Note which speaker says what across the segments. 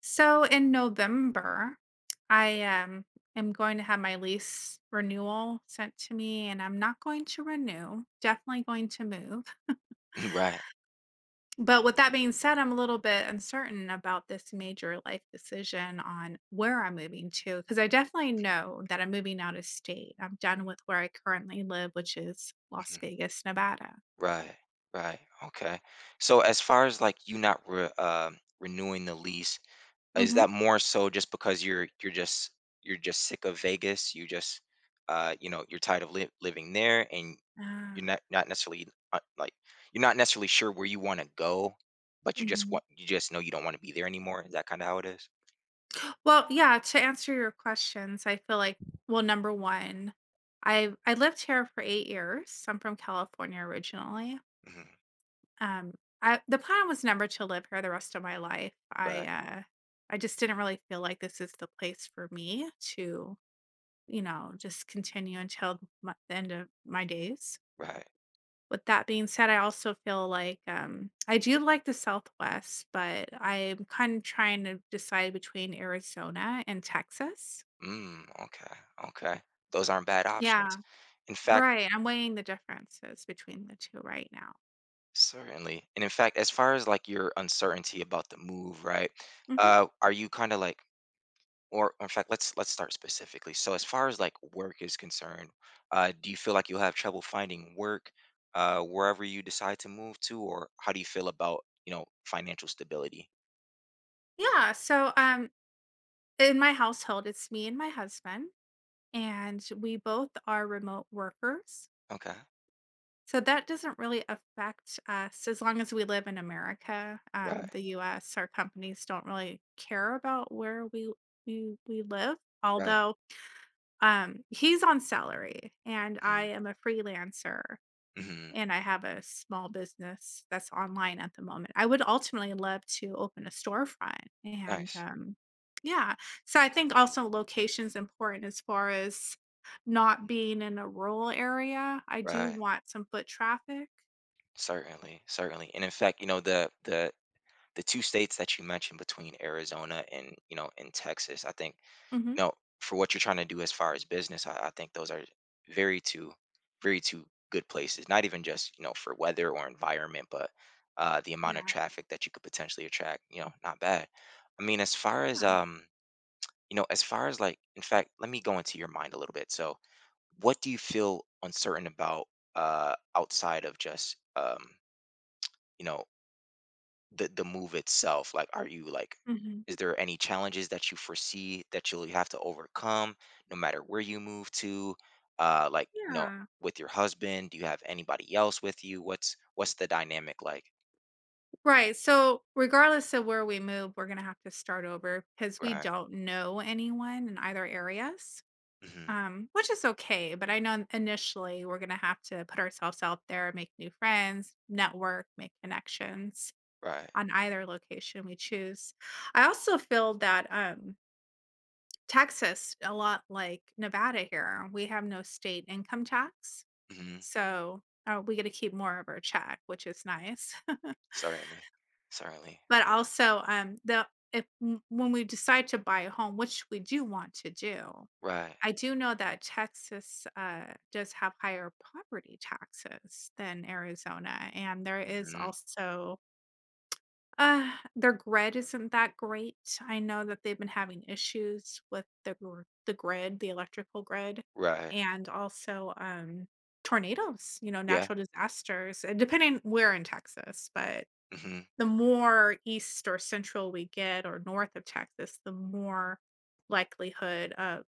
Speaker 1: So in November, I am going to have my lease renewal sent to me and I'm not going to renew, definitely going to move.
Speaker 2: Mhm. Right.
Speaker 1: But with that being said, I'm a little bit uncertain about this major life decision on where I'm moving to because I definitely know that I'm moving out of state. I'm done with where I currently live, which is Las
Speaker 2: Mhm.
Speaker 1: Vegas, Nevada.
Speaker 2: Right. Right. Okay. So as far as like you not re renewing the lease, is
Speaker 1: hmm
Speaker 2: that more so just because you're just you're just sick of Vegas? You just you know, you're tired of li living there and you're
Speaker 1: Ah,
Speaker 2: not necessarily like you're not necessarily sure where you want to go, but
Speaker 1: mhm.
Speaker 2: you just know you don't want to be there anymore. Is that kind of how it is?
Speaker 1: Well, yeah, to answer your questions, I feel like number 1, I lived here for 8 years. I'm from California originally.
Speaker 2: Mhm.
Speaker 1: Um, I the plan was never to live here the rest of my life.
Speaker 2: Right.
Speaker 1: I just didn't really feel like this is the place for me to, you know, just continue until my the end of my days.
Speaker 2: Right.
Speaker 1: With that being said, I also feel like, I do like the Southwest, but I'm kind of trying to decide between Arizona and Texas.
Speaker 2: Mm, okay. Okay. Those aren't bad options.
Speaker 1: Yeah.
Speaker 2: In fact,
Speaker 1: Right, I'm weighing the differences between the 2 right now.
Speaker 2: certainly. And in fact, as far as like your uncertainty about the move, right?
Speaker 1: Mhm.
Speaker 2: Are you kind of like, or in fact, let's start specifically. So as far as like work is concerned, do you feel like you'll have trouble finding work wherever you decide to move to, or how do you feel about, you know, financial stability?
Speaker 1: Yeah, so, in my household, it's me and my husband, and we both are remote workers,
Speaker 2: Okay.
Speaker 1: so that doesn't really affect us as long as we live in America,
Speaker 2: Right.
Speaker 1: the US. Our companies don't really care about where we we live,
Speaker 2: Right.
Speaker 1: although, he's on salary and I
Speaker 2: Hmm.
Speaker 1: am a freelancer.
Speaker 2: Hmm.
Speaker 1: And I have a small business that's online at the moment. I would ultimately love to open a storefront and,
Speaker 2: Nice.
Speaker 1: yeah. So I think also location's important as far as not
Speaker 2: Mm.
Speaker 1: being in a rural area. I do
Speaker 2: Right.
Speaker 1: want some foot traffic.
Speaker 2: Certainly. Certainly. And in fact, you know, the the two states that you mentioned between Arizona and, you know, and Texas, I think
Speaker 1: Mhm.
Speaker 2: no, for what you're trying to do as far as business, I think those are very two, very two good places. Not even just you know for weather or environment, but the amount of
Speaker 1: Yeah.
Speaker 2: traffic that you could potentially attract. You know, not bad. I mean, as far as
Speaker 1: Yeah.
Speaker 2: you know, as far as like, in fact, let me go into your mind a little bit. So, what do you feel uncertain about outside of just you know the move itself, like are you like
Speaker 1: Mhm.
Speaker 2: is there any challenges that you foresee that you'll have to overcome no matter where you move to, like
Speaker 1: Yeah.
Speaker 2: with your husband, do you have anybody else with you? What's the dynamic like?
Speaker 1: Right. So regardless of where we move, we're gonna have to start over because we
Speaker 2: Right.
Speaker 1: don't know anyone in either areas.
Speaker 2: Hmm.
Speaker 1: Which is okay, but I know initially we're gonna have to put ourselves out there, make new friends, network, make connections
Speaker 2: Right.
Speaker 1: on either location we choose. I also feel that Texas, a lot like Nevada here, we have no state income tax,
Speaker 2: Hmm.
Speaker 1: so we get to keep more of our check, which is nice.
Speaker 2: Certainly. Certainly.
Speaker 1: But also, the if when we decide to buy a home, which we do want to do.
Speaker 2: Right.
Speaker 1: I do know that Texas does have higher property taxes than Arizona, and there is
Speaker 2: Hmm.
Speaker 1: also their grid isn't that great. I know that they've been having issues with the grid, the electrical grid,
Speaker 2: Right.
Speaker 1: and also tornadoes. You know,
Speaker 2: Yeah.
Speaker 1: natural disasters, and depending where in Texas, but
Speaker 2: Hmm.
Speaker 1: the more east or central we get or north of Texas, the more likelihood of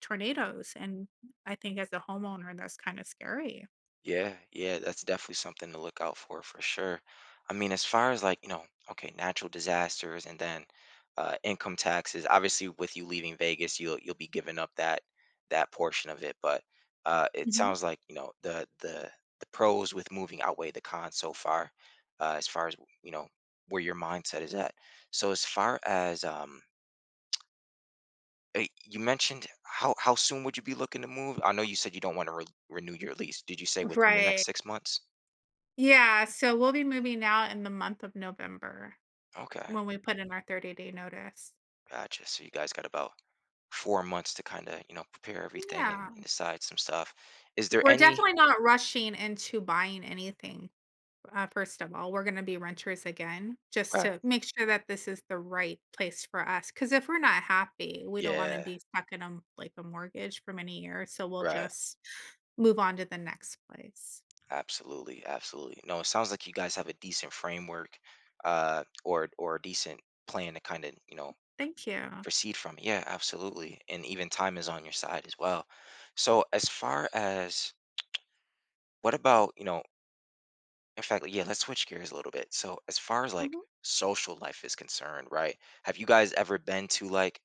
Speaker 1: tornadoes. And I think as a homeowner, that's kind of scary.
Speaker 2: Yeah, yeah, that's definitely something to look out for sure. I mean, as far as like, you know, okay, natural disasters and then income taxes. Obviously, with you leaving Vegas, you'll be giving up that that portion of it, but it
Speaker 1: Mhm.
Speaker 2: sounds like, you know, the pros with moving outweigh the cons so far, uh, as far as, you know, where your mindset is at. So as far as you mentioned, how soon would you be looking to move? I know you said you don't want to re renew your lease. Did you say within the
Speaker 1: Right.
Speaker 2: next 6 months?
Speaker 1: Yeah. So we'll be moving out in the month of November
Speaker 2: Okay,
Speaker 1: when we put in our 30-day notice.
Speaker 2: gotcha. So you guys got about 4 months to kind of, you know, prepare everything
Speaker 1: Yeah.
Speaker 2: and decide some stuff. Is there
Speaker 1: We're
Speaker 2: any?
Speaker 1: definitely not rushing into buying anything. First of all, we're going to be renters again just
Speaker 2: Right.
Speaker 1: to make sure that this is the right place for us. Because if we're not happy, we don't want to
Speaker 2: Yeah,
Speaker 1: be stuck in a like a mortgage for many years. So we'll
Speaker 2: right.
Speaker 1: just move on to the next place.
Speaker 2: Absolutely, absolutely. No, it sounds like you guys have a decent framework, or a decent plan to kind of, you know,
Speaker 1: Thank you.
Speaker 2: proceed from. Yeah, absolutely. And even time is on your side as well. So as far as what about, you know, in fact, yeah, let's switch gears a little bit. So as far as like
Speaker 1: Mhm.
Speaker 2: social life is concerned, right? Have you guys ever been to like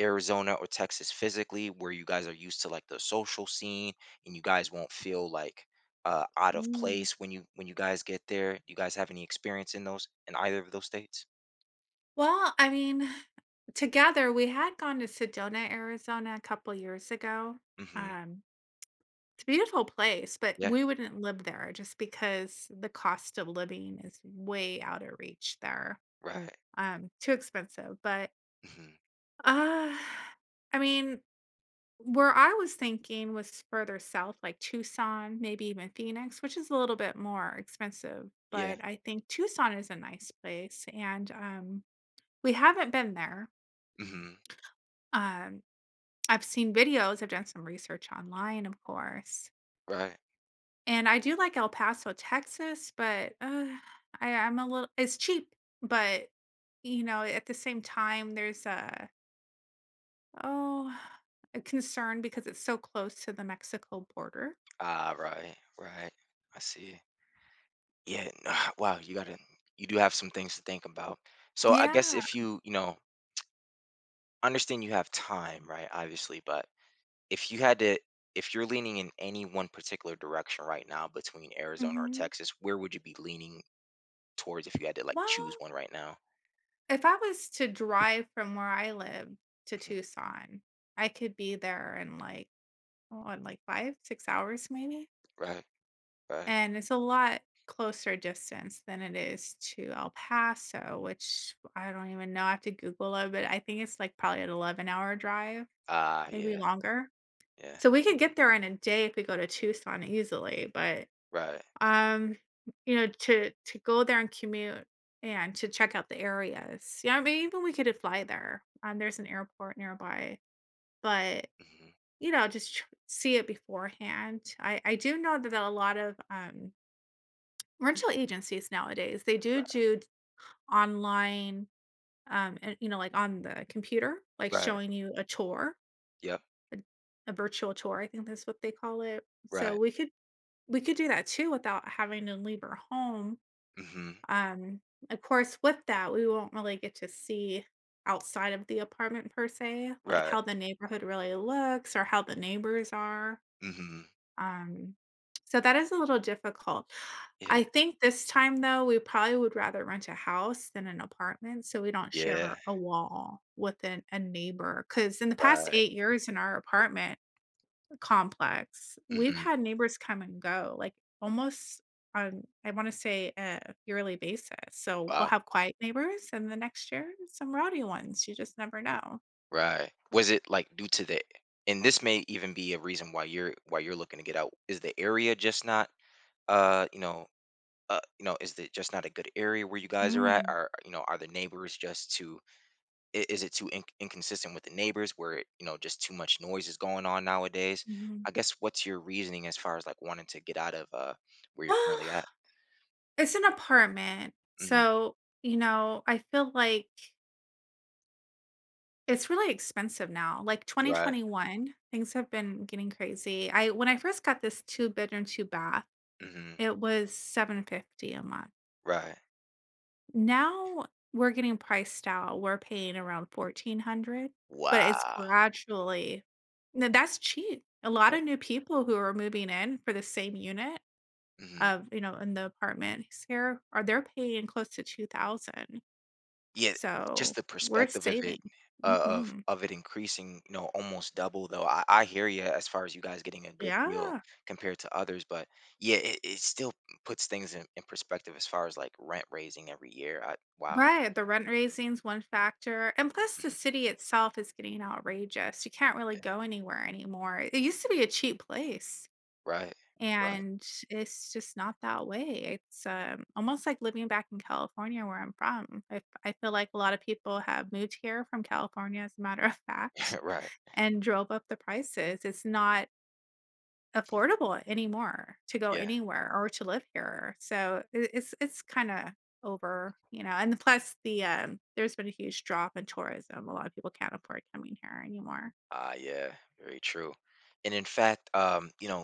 Speaker 2: Arizona or Texas physically, where you guys are used to like the social scene and you guys won't feel like out of
Speaker 1: Mm.
Speaker 2: place when you guys get there? You guys have any experience in those in either of those states?
Speaker 1: Well, I mean, together we had gone to Sedona, Arizona, a couple years ago.
Speaker 2: Mm-hmm.
Speaker 1: Um, it's a beautiful place, but
Speaker 2: Yeah.
Speaker 1: we wouldn't live there just because the cost of living is way out of reach there.
Speaker 2: Right.
Speaker 1: Too expensive, but,
Speaker 2: Mm-hmm.
Speaker 1: uh, I mean, where I was thinking was further south, like Tucson, maybe even Phoenix, which is a little bit more expensive,
Speaker 2: Yeah.
Speaker 1: but I think Tucson is a nice place, and, we haven't been there.
Speaker 2: Mm-hmm.
Speaker 1: Um, I've seen videos, I've done some research online, of course,
Speaker 2: Right.
Speaker 1: and I do like El Paso, Texas, but, I I'm a little it's cheap, but, you know, at the same time, there's Oh, a concern because it's so close to the Mexico border.
Speaker 2: Ah. Right. Right. I see. Yeah. Wow. You gotta. You do have some things to think about. So I guess
Speaker 1: Yeah.
Speaker 2: if you you know understand you have time, right? Obviously, but if you had to if you're leaning in any one particular direction right now between Arizona or
Speaker 1: Mhm.
Speaker 2: Texas, where would you be leaning towards if you had to like choose
Speaker 1: Well,
Speaker 2: one right now?
Speaker 1: if I was to drive from where I live to
Speaker 2: Hmm.
Speaker 1: Tucson, I could be there in like 5, 6 hours maybe.
Speaker 2: Right, right.
Speaker 1: And it's a lot closer distance than it is to El Paso, which I don't even know. I have to Google it, but I think it's like probably an 11-hour drive,
Speaker 2: Ah,
Speaker 1: maybe
Speaker 2: yeah,
Speaker 1: longer.
Speaker 2: yeah.
Speaker 1: So we could get there in a day if we go to Tucson easily, but
Speaker 2: Right.
Speaker 1: Um, you know, to go there and commute and to check out the areas. Yeah, I mean, even we could fly there. There's an airport nearby, but
Speaker 2: Hmm.
Speaker 1: you know, just see it beforehand. I do know that a lot of rental agencies nowadays they do
Speaker 2: Right.
Speaker 1: do d- online, and you know, like on the computer, like
Speaker 2: Right.
Speaker 1: showing you a tour,
Speaker 2: Yep.
Speaker 1: a, a virtual tour. I think that's what they call it,
Speaker 2: Right.
Speaker 1: so we could do that too without having to leave our home.
Speaker 2: Hmm.
Speaker 1: Um, of course, with that, we won't really get to see outside of the apartment per se, like
Speaker 2: Right.
Speaker 1: how the neighborhood really looks or how the neighbors are.
Speaker 2: Hmm.
Speaker 1: Um, so that is a little difficult.
Speaker 2: Yeah.
Speaker 1: I think this time though, we probably would rather rent a house than an apartment so we don't
Speaker 2: Yeah.
Speaker 1: share a wall with a neighbor. Because in the past
Speaker 2: Right.
Speaker 1: 8 years in our apartment complex, we've
Speaker 2: Hmm.
Speaker 1: had neighbors come and go, like, almost on, I wanna say, a yearly basis, so we'll
Speaker 2: Wow.
Speaker 1: have quiet neighbors, and the next year, some rowdy ones. You just never know.
Speaker 2: Right. Was it like due to the and this may even be a reason why you're looking to get out? Is the area just not uh you know you know, is it just not a good area where you guys are at?
Speaker 1: Mm,
Speaker 2: Are you know, are the neighbors just too? Is it too inconsistent with the neighbors where it, you know, just too much noise is going on nowadays?
Speaker 1: mhm.
Speaker 2: I guess what's your reasoning as far as like wanting to get out of where you're
Speaker 1: Well,
Speaker 2: currently at?
Speaker 1: it's an apartment,
Speaker 2: Mm-hmm.
Speaker 1: so, you know, I feel like it's really expensive now. Like,
Speaker 2: Right.
Speaker 1: 2021, things have been getting crazy. I When I first got this two-bedroom, two-bath,
Speaker 2: Mm-hmm.
Speaker 1: it was 750 a month.
Speaker 2: Right.
Speaker 1: Now we're getting priced out. We're paying around 1,400, but it's
Speaker 2: Wow.
Speaker 1: gradually— no, that's cheap. A lot
Speaker 2: Yeah.
Speaker 1: of new people who are moving in for the same unit
Speaker 2: Hmm.
Speaker 1: of, you know, in the apartments here are, they're paying close to 2,000.
Speaker 2: Yeah,
Speaker 1: So,
Speaker 2: just the
Speaker 1: we're
Speaker 2: perspective of it,
Speaker 1: saving. Mhm.
Speaker 2: of it increasing, you know, almost double though. I hear you as far as you guys getting a good deal
Speaker 1: Yeah.
Speaker 2: compared to others, but yeah, it still puts things in perspective as far as like rent raising every year. I wow.
Speaker 1: Right, the rent raising's one factor, and plus the
Speaker 2: Mhm.
Speaker 1: city itself is getting outrageous. You can't really
Speaker 2: Yeah.
Speaker 1: go anywhere anymore. It used to be a cheap place.
Speaker 2: Right. Right.
Speaker 1: And it's just not that way. It's almost like living back in California where I'm from. I feel like a lot of people have moved here from California, as a matter of fact,
Speaker 2: right.
Speaker 1: and drove up the prices. It's not affordable anymore to go
Speaker 2: Yeah.
Speaker 1: anywhere or to live here. So it's kind of over, you know. And plus the there's been a huge drop in tourism. A lot of people can't afford coming here anymore.
Speaker 2: Ah, yeah, very true. And in fact, you know,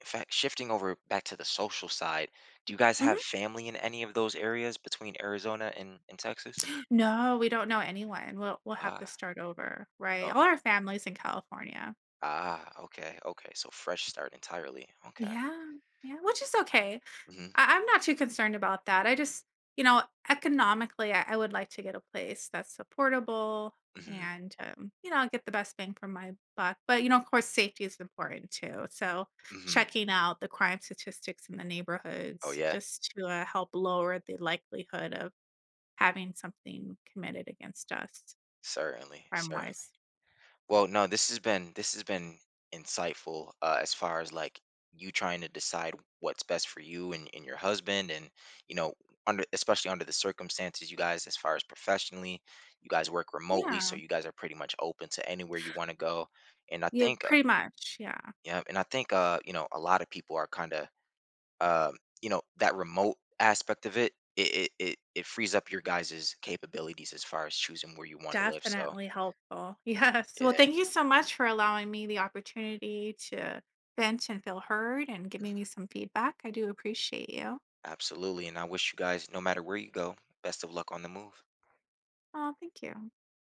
Speaker 2: in fact, shifting over back to the social side, do you guys have family in any of those areas between Arizona and Texas?
Speaker 1: No, we don't know anyone. We'll have to
Speaker 2: Ah.
Speaker 1: start over, right? All our families in California.
Speaker 2: Ah, okay, okay. So fresh start entirely. Okay.
Speaker 1: Yeah, yeah, which is okay.
Speaker 2: Mhm.
Speaker 1: I'm not too concerned about that. I just, you know, economically, I would like to get a place that's supportable
Speaker 2: Mhm.
Speaker 1: and, you know, get the best bang for my buck. But, you know, of course, safety is important too. So
Speaker 2: Mhm.
Speaker 1: checking out the crime statistics in the
Speaker 2: Oh
Speaker 1: neighborhoods
Speaker 2: yeah.
Speaker 1: just to help lower the likelihood of having something committed against us
Speaker 2: Certainly.
Speaker 1: crime
Speaker 2: Certainly.
Speaker 1: wise.
Speaker 2: Well, no, this has been insightful, as far as like you trying to decide what's best for you and your husband and you know under especially under the circumstances, you guys, as far as professionally, you guys work remotely, so
Speaker 1: Yeah.
Speaker 2: you guys are pretty much open to anywhere you want to go, and I
Speaker 1: Yeah,
Speaker 2: think
Speaker 1: pretty much, yeah.
Speaker 2: uh, you know, a lot of people are kind of you know, that remote aspect of it, it frees up your guys' capabilities as far as choosing where you want to live. So
Speaker 1: Definitely helpful. Yes. Well,
Speaker 2: yeah,
Speaker 1: thank you so much for allowing me the opportunity to vent and feel heard and giving me some feedback. I do appreciate you.
Speaker 2: absolutely. And I wish you guys, no matter where you go, best of luck on the move.
Speaker 1: Oh, thank you.